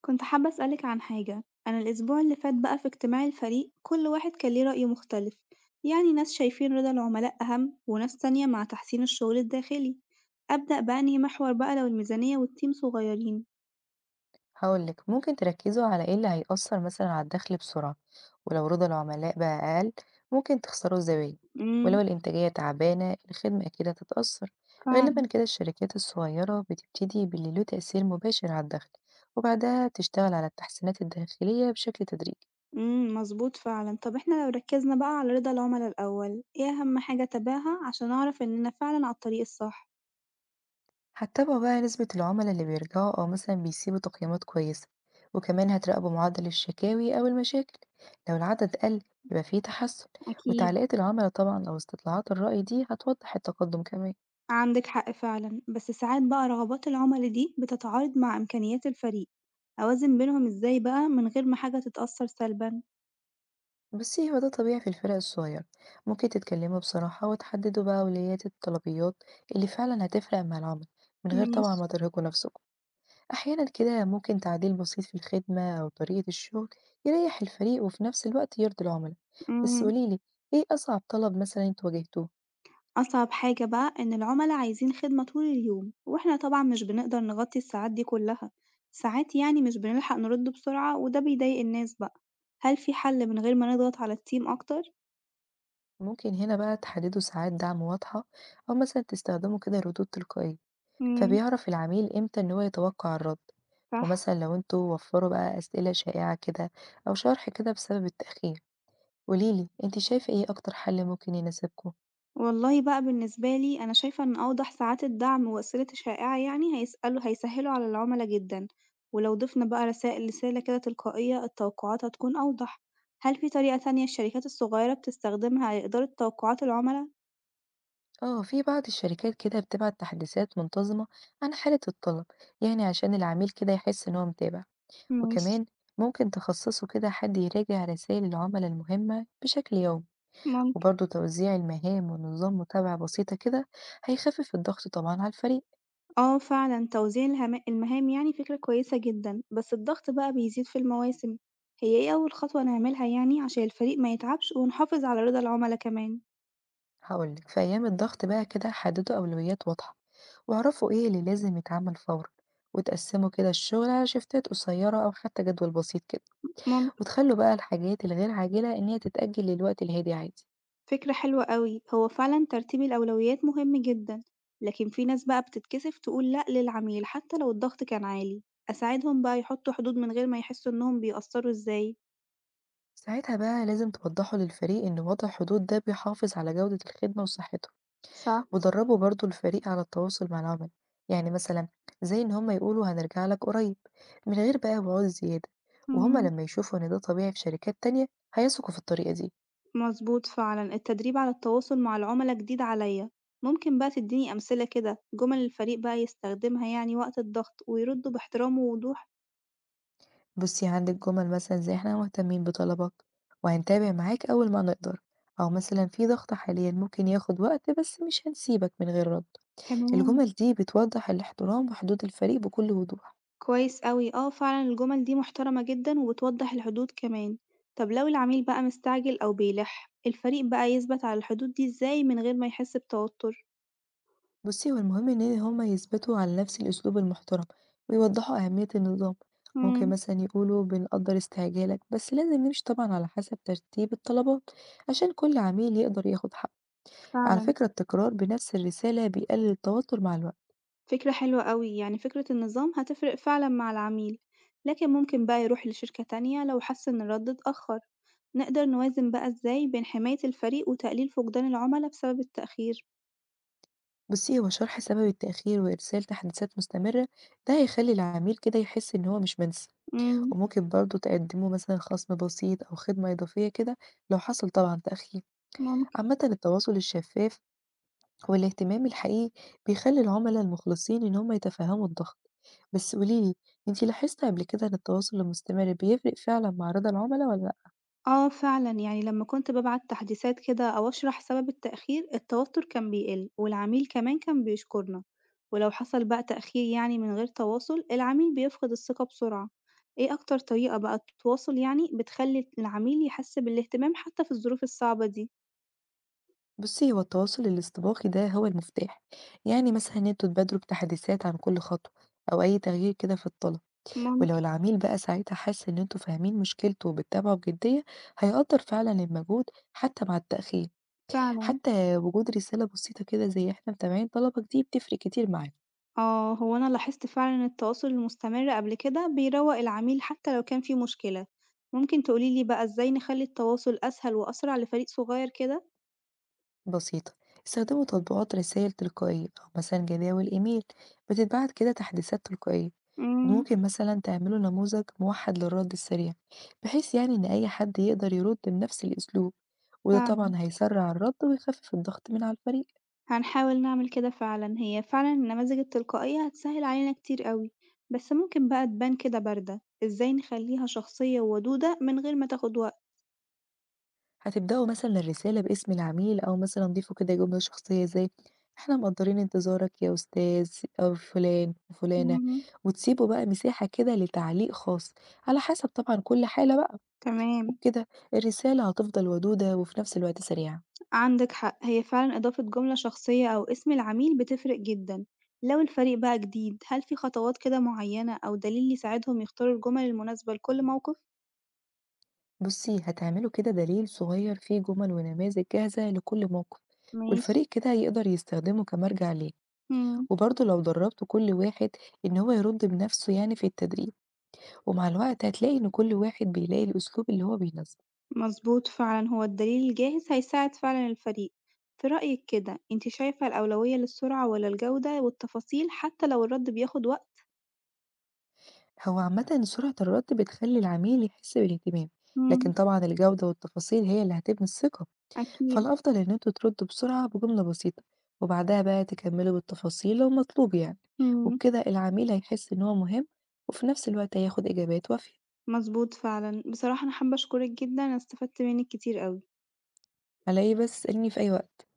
كنت حابة أسألك عن حاجة، أنا الأسبوع اللي فات بقى في اجتماع الفريق كل واحد كان ليه رأي مختلف، يعني ناس شايفين رضا العملاء أهم وناس تانية مع تحسين الشغل الداخلي، أبدأ بأنهي محور بقى لو الميزانية والتيم صغيرين؟ هاقول لِك ممكن تركّزوا على إيه اللي هيأثّر مثلًا على الدخل بسرعة، ولو رضا العملاء بقى أقل ممكن تخسروا الزباين، ولو امم الإنتاجية تعبانة الخدمة أكيد هتتأثّر، غالبًا فعلا. كده الشركات الصغيرة بتبتدي باللي له تأثير مباشر على الدخل، وبعدها بتشتغل على التحسينات الداخلية بشكل تدريجي. مظبوط فعلا، طب احنا لو ركزنا بقى على رضا العملاء الأول، ايه أهم حاجة أتابعها عشان أعرف إننا فعلا على الطريق الصح؟ هتتابعوا بقى نسبة العملاء اللي بيرجعوا أو مثلا بيسيبوا تقييمات كويسة، وكمان هتراقبوا معدل الشكاوي أو المشاكل، لو العدد قل يبقى فيه تحسن. أكيد. وتعليقات العملاء طبعا أو استطلاعات الرأي دي هتوضح التقدم كمان. عندِك حق فعلًا، بس ساعات بقى رغبات العُملا دي بتتعارض مع إمكانيات الفريق، أوازن بينهم إزاي بقى من غير ما حاجة تتأثّر سلبًا؟ بس هو ده طبيعي في الفرق الصغيرة، ممكن تتكلموا بصراحة وتحددوا بقى أولويات الطلبيات اللي فعلا هتفرق مع العمل، من غير طبعا ماشي، ما ترهقوا نفسكم. أحيانا كده ممكن تعديل بسيط في الخدمة أو طريقة الشغل يريح الفريق وفي نفس الوقت يرضي العملاء. بس إمم. قوليلي، إيه أصعب طلب مثلا انتوا واجهتوه؟ أصعب حاجة بقى إن العُملا عايزين خدمة طول اليوم، وإحنا طبعًا مش بنقدر نغطي الساعات دي كلّها، ساعات يعني مش بنلحق نرد بسرعة وده بيضايق الناس بقى، هل في حل من غير ما نضغط على الteam أكتر؟ ممكن هنا بقى تحددوا ساعات دعم واضحة، أو مثلا تستخدموا كده ردود تلقائية، إمم، فبيعرف العميل إمتى إن هو يتوقع الرد. صح. ومثلا لو انتوا وفروا بقى أسئلة شائعة كده، أو شرح كده بسبب التأخير، قوليلي انت شايفة إيه أكتر حل ممكن يناسبكم. والله بقى بالنسبة لي أنا شايفة إن أوضح ساعات الدعم وأسئلته الشائعة يعني هيسهلوا على العملا جدًا، ولو ضفنا بقى رسالة كده تلقائية التوقعات هتكون أوضح، هل في طريقة تانية الشركات الصغيرة بتستخدمها لإدارة توقعات العملا؟ اه، في بعض الشركات كده بتبعت تحديثات منتظمة عن حالة الطلب، يعني عشان العميل كده يحس ان هو متابع. ماشي، وكمان ممكن تخصصوا كده حد يراجع رسائل العملاء المهمة بشكل يومي. ممكن. وبرضه توزيع المهام ونظام متابعة بسيطة كده هيخفف الضغط طبعا على الفريق. اه فعلا توزيع المهام يعني فكرة كويسة جدا بس الضغط بقى بيزيد في المواسم، هي ايه أول خطوة نعملها يعني عشان الفريق ما يتعبش ونحافظ على رضا العملا كمان؟ هقولك، في أيام الضغط بقى كده حددوا أولويات واضحة، واعرفوا ايه اللي لازم يتعمل فورا، وتقسموا كده الشغل على شفتات قصيرة أو حتى جدول بسيط كده. ممكن. وتخلوا بقى الحاجات الغير عاجلة إن هي تتأجل للوقت الهادي عادي. فكرة حلوة أوي، هو فعلًا ترتيب الأولويات مهم جدًا، لكن في ناس بقى بتتكسف تقول لأ للعميل حتى لو الضغط كان عالي، أساعدهم بقى يحطوا حدود من غير ما يحسوا إنهم بيقصّروا إزاي؟ ساعتها بقى لازم توضحوا للفريق إن وضع حدود ده بيحافظ على جودة الخدمة وصحته. صح، ودربوا برضو الفريق على التواصل مع العملاء، يعني مثلا زي إن هما يقولوا هنرجع لك قريب، من غير بقى وعود زيادة. وهما مم. لما يشوفوا إن ده طبيعي في شركات تانية هيثقوا في الطريقة دي. مظبوط فعلًا، التدريب على التواصل مع العملاء جديد عليا، ممكن بقى تديني أمثلة كده جمل الفريق بقى يستخدمها يعني وقت الضغط ويردوا باحترام ووضوح؟ بصي، عندك جمل مثلا زي إحنا مهتمين بطلبك وهنتابع معاك أول ما نقدر، أو مثلا في ضغط حاليا ممكن ياخد وقت بس مش هنسيبك من غير رد. تمام. الجمل دي بتوضح الاحترام وحدود الفريق بكل وضوح. كويس أوي، آه فعلًا الجمل دي محترمة جدًا وبتوضح الحدود كمان. طب لو العميل بقى مستعجل أو بيلح، الفريق بقى يثبت على الحدود دي إزاي من غير ما يحس بتوتر؟ بُصّي، هو المهم إن هم يثبتوا على نفس الأسلوب المحترم، ويوضّحوا أهمية النظام. ممكن إمم، مثلًا يقولوا بنقدّر استعجالك، بس لازم نمشي طبعًا على حسب ترتيب الطلبات، عشان كل عميل يقدر ياخد حقه. على فعلًا. فكرة التكرار بنفس الرسالة بيقلل التوتر مع الوقت. فكرة حلوة أوي، يعني فكرة النظام هتفرق فعلًا مع العميل، لكن ممكن بقى يروح لشركة تانية لو حس إن الرد اتأخر. نقدر نوازن بقى إزاي بين حماية الفريق وتقليل فقدان العملا بسبب التأخير؟ بُصّي، هو شرح سبب التأخير وإرسال تحديثات مستمرة، ده هيخلّي العميل كده يحس إن هو مش منسي. إمم، وممكن برضه تقدّموا مثلًا خصم بسيط أو خدمة إضافية كده لو حصل طبعًا تأخير. ممكن. عامةً التواصل الشفاف هو الاهتمام الحقيقي، بيخلي العملاء المخلصين إن هم يتفهموا الضغط. بس قوليلي، انتي لاحظتي قبل كده إن التواصل المستمر بيفرق فعلا مع رضا العملاء ولا لأ؟ آه فعلًا، يعني لمّا كنت بابعت تحديثات كده أو أشرح سبب التأخير، التوتر كان بيقل والعميل كمان كان بيشكرنا، ولو حصل بقى تأخير يعني من غير تواصل، العميل بيفقد الثقة بسرعة. إيه أكتر طريقة بقى تتواصل يعني بتخلي العميل يحس بالاهتمام حتى في الظروف الصعبة دي؟ بصي، هو التواصل الاستباقي ده هو المفتاح، يعني مثلا إن انتوا تبادروا بتحديثات عن كل خطوة أو أي تغيير كده في الطلب. ولو ممكن، العميل بقى ساعتها حس إن انتوا فاهمين مشكلته وبتتابعوا بجدية، هيقدر فعلا المجهود حتى مع التأخير. فعلًا. حتى وجود رسالة بسيطة كده زي احنا متابعين طلبك دي بتفرق كتير معاهم. آه، هو أنا لاحظت فعلًا إن التواصل المستمر قبل كده بيروق العميل حتى لو كان في مشكلة. ممكن تقولي لي بقى إزاي نخلي التواصل أسهل وأسرع لفريق صغير كده؟ بسيطة، استخدموا تطبيقات رسائل تلقائية أو مثلا جداول إيميل بتتبعت كده تحديثات تلقائية. إمم، وممكن مثلا تعملوا نموذج موحد للرد السريع، بحيث يعني إن أي حد يقدر يرد بنفس الأسلوب، وده فعلًا. طبعا هيسرع الرد ويخفف الضغط من على الفريق. هنحاول نعمل كده فعلًا، هي فعلًا النماذج التلقائية هتسهِّل علينا كتير أوي، بس ممكن بقى تبان كده باردة، إزاي نخليها شخصية وودودة من غير ما تاخد وقت؟ هتبدأوا مثلا الرسالة باسم العميل، أو مثلا ضيفوا كده جملة شخصية زي احنا مقدرين انتظارك يا أستاذ، أو فلان وفلانة. مم، وتسيبوا بقى مساحة كده لتعليق خاص على حسب طبعا كل حالة بقى. تمام. وبكده الرسالة هتفضل ودودة وفي نفس الوقت سريعة. عندك حق، هي فعلًا إضافة جملة شخصية أو اسم العميل بتفرق جدًا، لو الفريق بقى جديد هل في خطوات كده معينة أو دليل يساعدهم يختاروا الجمل المناسبة لكل موقف؟ بصي، هتعملوا كده دليل صغير فيه جمل ونماذج جاهزة لكل موقف، ماشي، والفريق كده يقدر يستخدمه كمرجع ليه. إمم. وبرضه لو دربتوا كل واحد ان هو يرد بنفسه يعني في التدريب، ومع الوقت هتلاقي ان كل واحد بيلاقي الاسلوب اللي هو بيناسبه. مظبوط فعلا هو الدليل الجاهز هيساعد فعلا الفريق. في رأيك كده انت شايفة الأولوية للسرعة ولا الجودة والتفاصيل حتى لو الرد بياخد وقت؟ هو عامة سرعة الرد بتخلي العميل يحس بالاهتمام، لكن امم، طبعا الجودة والتفاصيل هي اللي هتبني الثقة. أكيد، فالأفضل إن أنتوا تردوا بسرعة بجملة بسيطة، وبعدها بقى تكملوا بالتفاصيل لو مطلوب يعني. امم وبكده العميل هيحس إن هو مهم، وفي نفس الوقت هياخد إجابات وافية. مظبوط فعلا. بصراحة أنا حابة أشكرك جدا أنا استفدت منك كتير أوي. على إيه بس، اسألني في أي وقت.